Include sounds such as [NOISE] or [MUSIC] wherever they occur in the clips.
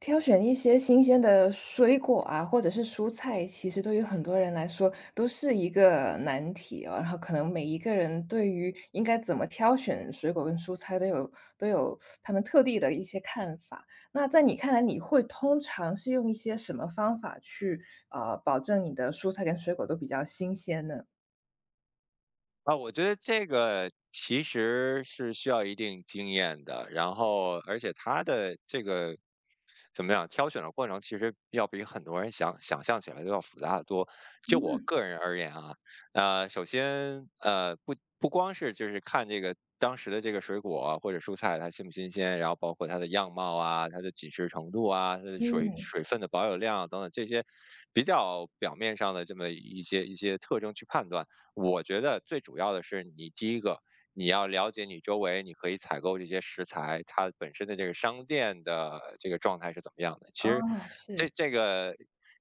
挑选一些新鲜的水果啊，或者是蔬菜，其实对于很多人来说都是一个难题哦。然后可能每一个人对于应该怎么挑选水果跟蔬菜都有他们特地的一些看法。那在你看来，你会通常是用一些什么方法去保证你的蔬菜跟水果都比较新鲜呢？啊，我觉得这个其实是需要一定经验的，然后而且它的这个怎么样挑选的过程，其实要比很多人想象起来都要复杂的多。就我个人而言啊，首先不光是就是看这个当时的这个水果啊或者蔬菜它新不新鲜，然后包括它的样貌啊、它的紧实程度啊、它的水嗯。水分的保有量等等这些比较表面上的这么一些特征去判断。我觉得最主要的是你第一个，你要了解你周围，你可以采购这些食材，它本身的这个商店的这个状态是怎么样的。其实哦，这是。这个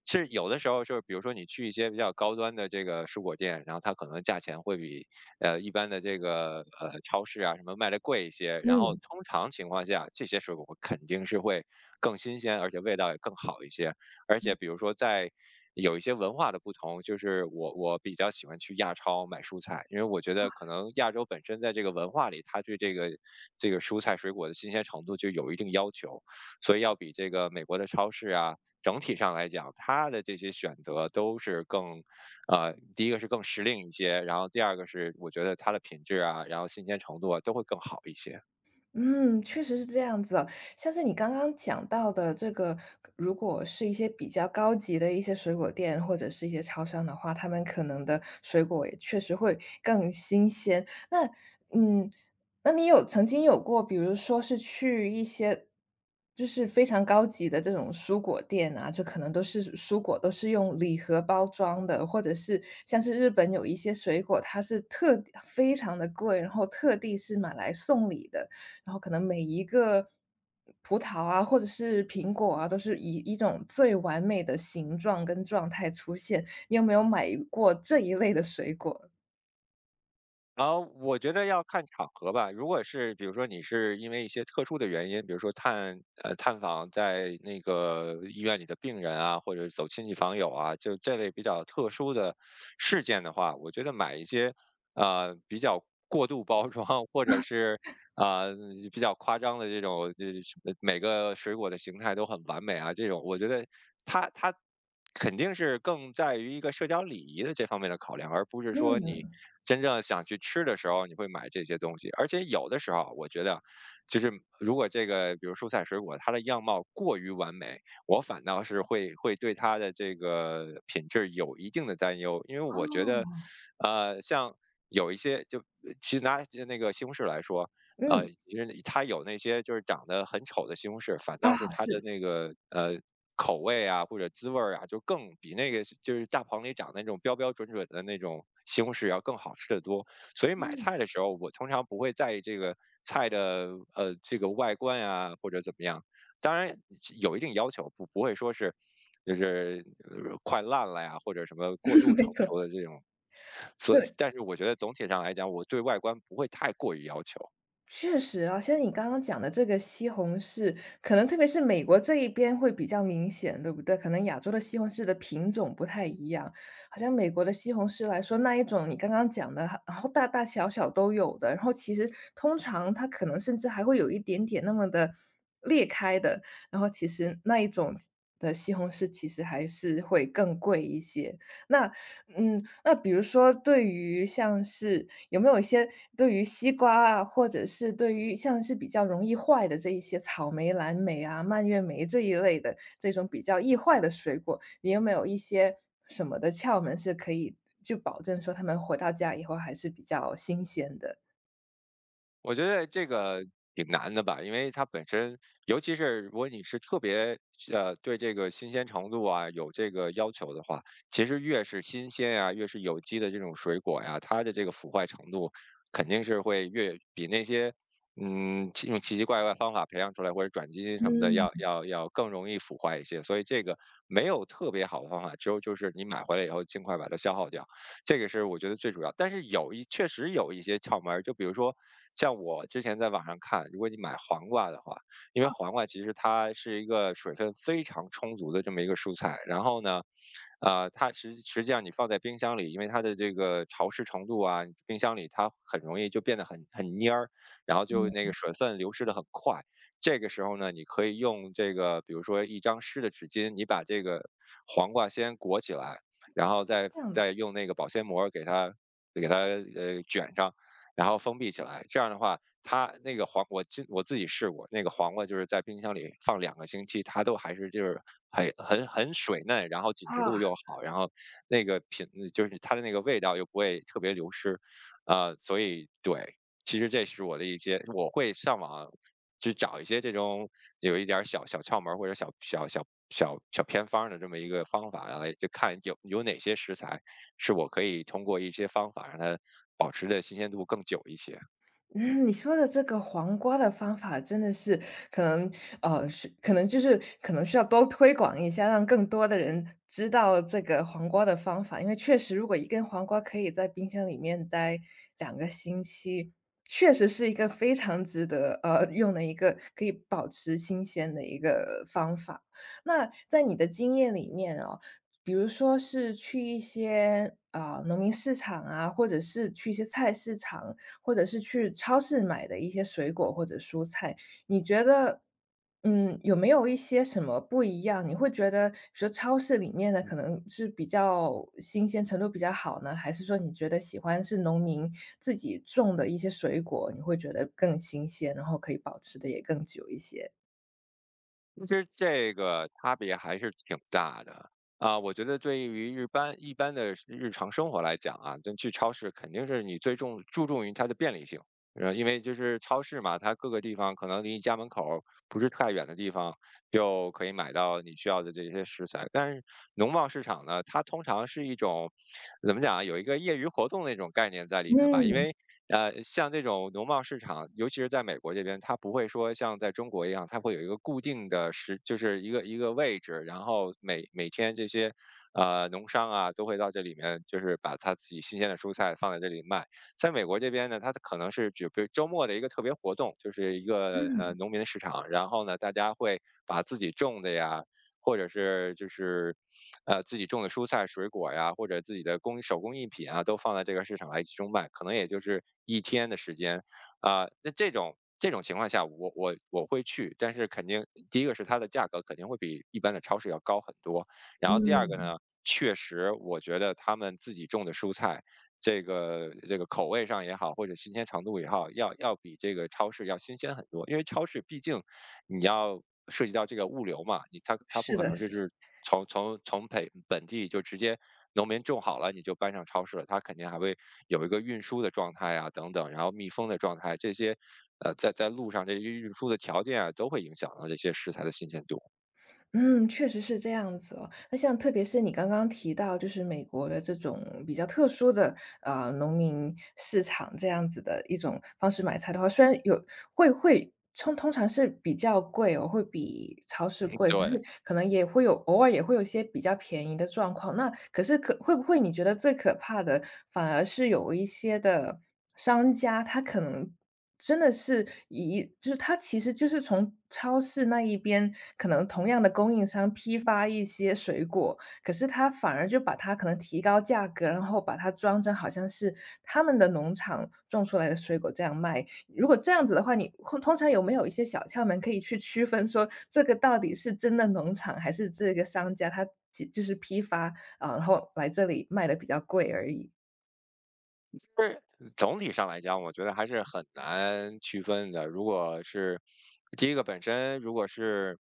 是有的时候就是比如说你去一些比较高端的这个蔬果店，然后它可能价钱会比一般的这个超市啊什么卖的贵一些，然后嗯。通常情况下这些水果肯定是会更新鲜，而且味道也更好一些。而且比如说在有一些文化的不同，就是我比较喜欢去亚超买蔬菜，因为我觉得可能亚洲本身在这个文化里，它对这个这个蔬菜水果的新鲜程度就有一定要求，所以要比这个美国的超市啊。整体上来讲，它的这些选择都是更，呃，第一个是更时令一些，然后第二个是我觉得它的品质啊，然后新鲜程度啊都会更好一些。嗯，确实是这样子哦。像是你刚刚讲到的这个，如果是一些比较高级的一些水果店或者是一些超商的话，他们可能的水果也确实会更新鲜。那嗯，那你有曾经有过，比如说是去一些就是非常高级的这种蔬果店啊，就可能都是蔬果都是用礼盒包装的，或者是像是日本有一些水果，它是特非常的贵，然后特地是买来送礼的。然后可能每一个葡萄啊，或者是苹果啊，都是以一种最完美的形状跟状态出现。你有没有买过这一类的水果？然后我觉得要看场合吧。如果是比如说你是因为一些特殊的原因，比如说探访在那个医院里的病人啊，或者走亲戚访友啊，就这类比较特殊的事件的话，我觉得买一些比较过度包装，或者是啊，比较夸张的这种，就是什么每个水果的形态都很完美啊，这种我觉得它肯定是更在于一个社交礼仪的这方面的考量，而不是说嗯。你真正想去吃的时候你会买这些东西。而且有的时候啊我觉得，就是如果这个比如蔬菜水果它的样貌过于完美，我反倒是会对它的这个品质有一定的担忧，因为我觉得，呃，像有一些就其实拿那个西红柿来说。啊，嗯。其实它有那些就是长得很丑的西红柿，反倒是啊，它是的的。那个口味啊或者滋味儿啊，就更比那个就是大棚里长的那种标标准准的那种西红柿要更好吃的多。所以买菜的时候，我通常不会在意这个菜的这个外观啊或者怎么样，当然有一定要求，不会说是就是快烂了呀或者什么过度 [LAUGHS] 没成熟错。的这种。所以对。但是我觉得总体上来讲，我对外观不会太过于要求。确实啊，像你刚刚讲的这个西红柿，可能特别是美国这一边会比较明显，对不对？可能亚洲的西红柿的品种不太一样，好像美国的西红柿来说，那一种你刚刚讲的，然后大大小小都有的，然后其实通常它可能甚至还会有一点点那么的裂开的，然后其实那一种的西红柿其实还是会更贵一些。那嗯，那比如说对于像是有没有一些对于西瓜啊，或者是对于像是比较容易坏的这一些草莓、蓝莓啊、蔓越莓这一类的这种比较易坏的水果，你有没有一些什么的窍门是可以就保证说他们回到家以后还是比较新鲜的？我觉得这个挺难的吧，因为它本身，尤其是如果你是特别对这个新鲜程度啊有这个要求的话，其实越是新鲜啊，越是有机的这种水果呀、它的这个腐坏程度肯定是会越比那些嗯奇奇怪怪方法培养出来或者转基因什么的要嗯。要要更容易腐坏一些。所以这个没有特别好的方法，只有就是你买回来以后尽快把它消耗掉。这个是我觉得最主要。但是确实有一些窍门儿，就比如说像我之前在网上看，如果你买黄瓜的话，因为黄瓜其实它是一个水分非常充足的这么一个蔬菜，然后呢，呃，它实际上你放在冰箱里，因为它的这个潮湿程度啊，冰箱里它很容易就变得很蔫儿，然后就那个嗯，水分流失的很快。这个时候呢，你可以用这个，比如说一张湿的纸巾，你把这个黄瓜先裹起来，然后再这样子。再用那个保鲜膜给它给它卷上，然后封闭起来。这样的话，它那个黄我自我自己试过，那个黄瓜就是在冰箱里放两个星期，它都还是就是很水嫩，然后紧实啊。度又好，然后那个就是它的那个味道又不会特别流失，啊、所以对，其实这是我的一些，我会上网去找一些这种有一点儿小小窍门儿或者小小偏方儿的这么一个方法来，就看有哪些食材是我可以通过一些方法让它保持的新鲜度更久一些。嗯，你说的这个黄瓜的方法真的是可能，就是可能需要多推广一下，让更多的人知道这个黄瓜的方法。因为确实，如果一根黄瓜可以在冰箱里面待2个星期，确实是一个非常值得用的一个可以保持新鲜的一个方法。那在你的经验里面哦，比如说是去一些，农民市场啊，或者是去一些菜市场，或者是去超市买的一些水果或者蔬菜，你觉得，嗯，有没有一些什么不一样？你会觉得比如说超市里面的可能是比较新鲜程度比较好呢？还是说你觉得喜欢是农民自己种的一些水果，你会觉得更新鲜，然后可以保持的也更久一些？其实这个差别还是挺大的啊，我觉得对于一般的日常生活来讲啊，就去超市肯定是你最注重于它的便利性，呃，因为就是超市嘛，它各个地方可能离你家门口儿不是太远的地方，就可以买到你需要的这些食材。但是农贸市场呢，它通常是一种怎么讲啊，有一个业余活动的那种概念在里面吧，因嗯。为呃，像这种农贸市场，尤其是在美国这边，它不会说像在中国一样，它会有一个固定的时，就是一个位置，然后每天这些农商啊都会到这里面，就是把他自己新鲜的蔬菜放在这里卖。在美国这边呢，它可能是只比如周末的一个特别活动，就是一个农民的市场，然后呢，大家会把自己种的呀，或者是就是呃，自己种的蔬菜、水果呀，或者自己的手工艺品啊，都放在这个市场来集中卖，可能也就是一天的时间。啊、那这种情况下，我会去，但是肯定第一个是它的价格肯定会比一般的超市要高很多，然后第二嗯，个呢，确实我觉得他们自己种的蔬菜。这个这个口味上也好，或者新鲜程度也好，要比这个超市要新鲜很多，因为超市毕竟你要涉及到这个物流嘛，你它不是可的能就是的。是从本地就直接农民种好了你就搬上超市了，它肯定还会有一个运输的状态啊等等，然后密封的状态这些，呃，在路上这些运输的条件啊都会影响到这些食材的新鲜度。嗯，确实是这样子哦。那像特别是你刚刚提到，就是美国的这种比较特殊的农民市场这样子的一种方式买菜的话，虽然有会通常是比较贵哦，会比超市嗯，贵，可对。是可能也会有偶尔也会有一些比较便宜的状况。那可是可会不会你觉得最可怕的，反而是有一些的商家，他可能真的是一就是它其实就是从超市那一边，可能同样的供应商批发一些水果，可是它反而就把它可能提高价格，然后把它装成好像是他们的农场种出来的水果这样卖。如果这样子的话，你通常有没有一些小窍门可以去区分说这个到底是真的农场，还是这个商家他其就是批发，啊，然后来这里卖的比较贵而已？是总体上来讲，我觉得还是很难区分的。如果是第一个本身，如果是，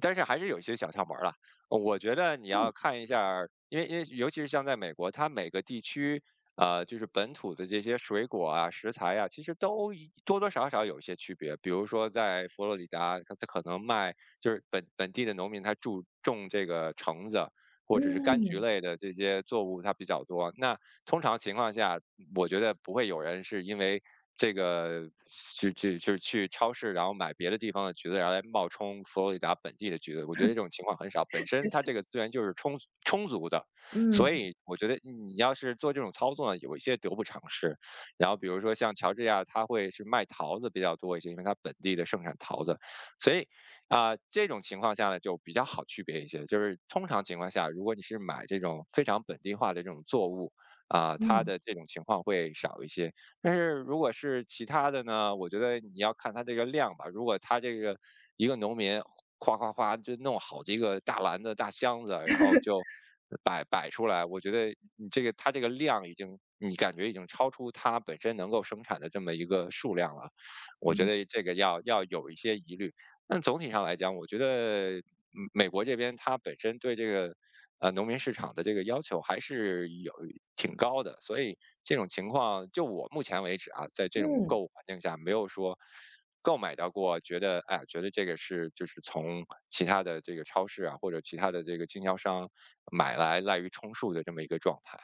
但是还是有一些小窍门儿了。我觉得你要嗯。看一下儿，因为尤其是像在美国，它每个地区，呃，就是本土的这些水果啊、食材啊，其实都多多少少有一些区别。比如说在佛罗里达，它可能卖就是本地的农民他种这个橙子或者是柑橘嗯，类的这些作物，它比较多。那通常情况下，我觉得不会有人是因为这个去就是去超市，然后买别的地方的橘子，然后来冒充佛罗里达本地的橘子。我觉得这种情况很少，本身确它实。这个资源就是充足的，嗯。所以我觉得你要是做这种操作呢，有一些得不偿失。然后比如说像乔治亚，它会是卖桃子比较多一些，因为它本地的盛产桃子，所以啊、这种情况下呢就比较好区别一些。就是通常情况下，如果你是买这种非常本地化的这种作物，啊，他嗯。的这种情况会少一些。但是如果是其他的呢，我觉得你要看他这个量吧。如果他这个一个农民夸夸夸就弄好几个大篮子、大箱子，然后就摆出来，我觉得你这个他这个量已经，你感觉已经超出他本身能够生产的这么一个数量了。我觉嗯。得这个要有一些疑虑。但总体上来讲，我觉得美国这边它本身对这个农民市场的这个要求还是有挺高的，所以这种情况，就我目前为止啊，在这种嗯。购物环境下，没有说购买到过，觉得哎呀觉得这个是就是从其他的这个超市啊，或者其他的这个经销商买来滥竽充数的这么一个状态。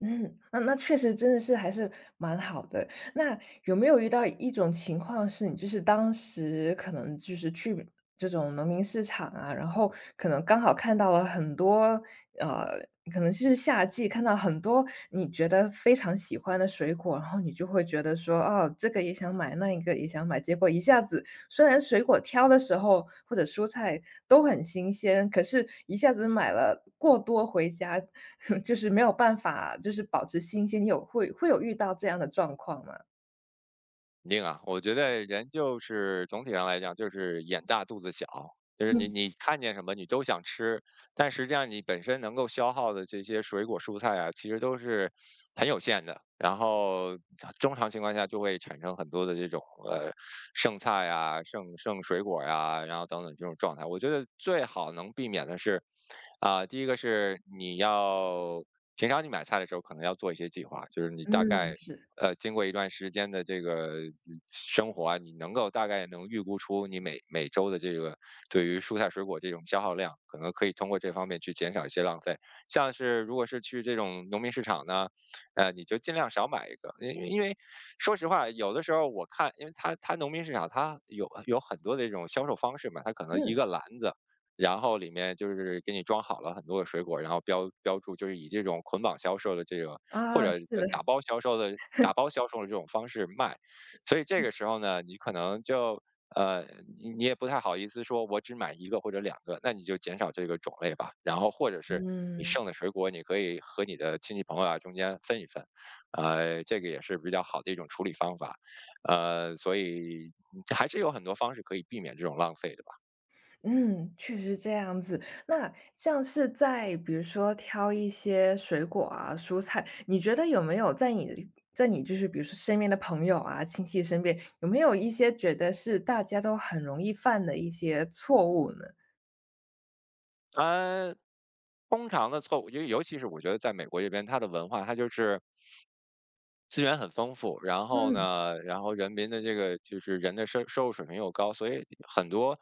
嗯，那那确实真的是还是蛮好的。那有没有遇到一种情况是你就是当时可能就是去这种农民市场啊，然后可能刚好看到了很多，呃，可能就是夏季看到很多你觉得非常喜欢的水果，然后你就会觉得说，哦，这个也想买，那一个也想买，结果一下子虽然水果挑的时候或者蔬菜都很新鲜，可是一下子买了过多回家，[LAUGHS] 就是没有办法，就是保持新鲜，你有会有遇到这样的状况吗？肯定啊，我觉得人就是总体上来讲就是眼大肚子小，就是你嗯。你看见什么你都想吃，但实际上你本身能够消耗的这些水果蔬菜啊，其实都是很有限的。然后通常情况下就会产生很多的这种呃剩菜啊、剩水果呀、然后等等这种状态。我觉得最好能避免的是，啊、第一个是你要平常你买菜的时候可能要做一些计划，就是你大概嗯，是。经过一段时间的这个生活啊，你能够大概能预估出你每周的这个对于蔬菜水果这种消耗量，可能可以通过这方面去减少一些浪费。像是如果是去这种农民市场呢，你就尽量少买一个，因为说实话，有的时候我看，因为它农民市场它有很多的这种销售方式嘛，它可能一嗯。个篮子。然后里面就是给你装好了很多的水果，然后标注就是以这种捆绑销售的这个或啊，者是打的。包销售的这种方式卖。所以这个时候呢，你可能就呃，你也不太好意思说我只买一个或者两个，那你就减少这个种类吧。然后或者是你嗯。剩的水果，你可以和你的亲戚朋友啊中间分一分，这个也是比较好的一种处理方法。所以还是有很多方式可以避免这种浪费的吧。嗯，确实这样子。那像是在比如说挑一些水果啊、蔬菜，你觉得有没有在你就是比如说身边的朋友啊、亲戚身边，有没有一些觉得是大家都很容易犯的一些错误呢？呃，通常的错误，因为尤其是我觉得在美国这边，它的文化它就是。资源很丰富，然后嗯。呢，人民的这个就是人的收入水平又高，所以很多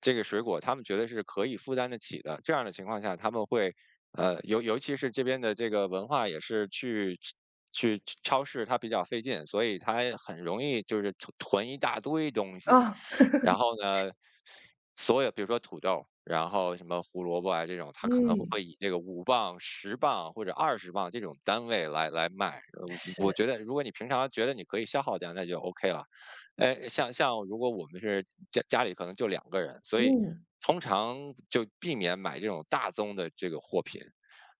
这个水果他们觉得是可以负担得起的。这样的情况下，他们会尤其是这边的这个文化也是去去超市它比较费劲，所以它很容易就是囤一大堆东西。啊。然后呢，所有比如说土豆，然后什么胡萝卜啊这种，它可能会嗯，会以这个5磅、10磅或者20磅这种单位来卖。我是。觉得如果你平常觉得你可以消耗掉，那就 OK 了。哎，像如果我们是家里可能就两个人，所以嗯。通常就避免买这种大宗的这个货品。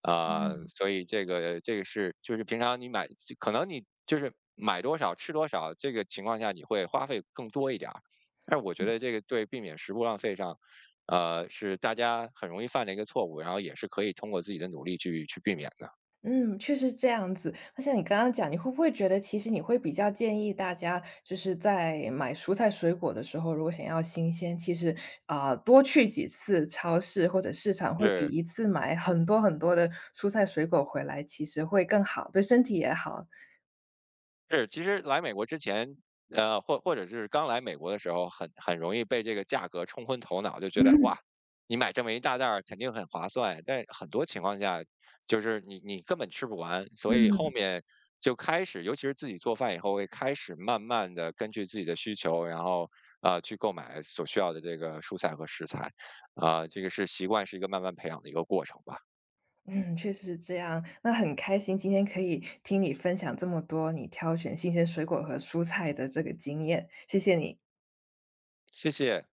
啊，嗯。所以这个是就是平常你买可能你就是买多少吃多少，这个情况下你会花费更多一点儿。但是我觉得这个对避免食物浪费上，是大家很容易犯的一个错误，然后也是可以通过自己的努力去避免的。嗯，确实这样子。那像你刚刚讲，你会不会觉得其实你会比较建议大家，就是在买蔬菜水果的时候，如果想要新鲜，其实啊、多去几次超市或者市场，会比是一次买很多很多的蔬菜水果回来，其实会更好，对身体也好。是，其实来美国之前，或者是刚来美国的时候，很容易被这个价格冲昏头脑，就觉得哇，你买这么一大袋儿肯定很划算。但很多情况下，就是你根本吃不完，所以后嗯。面就开始，尤其是自己做饭以后，会开始慢慢的根据自己的需求，然后去购买所需要的这个蔬菜和食材，啊、这个是习惯，是一个慢慢培养的一个过程吧。嗯，确实是这样。那很开心今天可以听你分享这么多你挑选新鲜水果和蔬菜的这个经验，谢谢你。谢谢。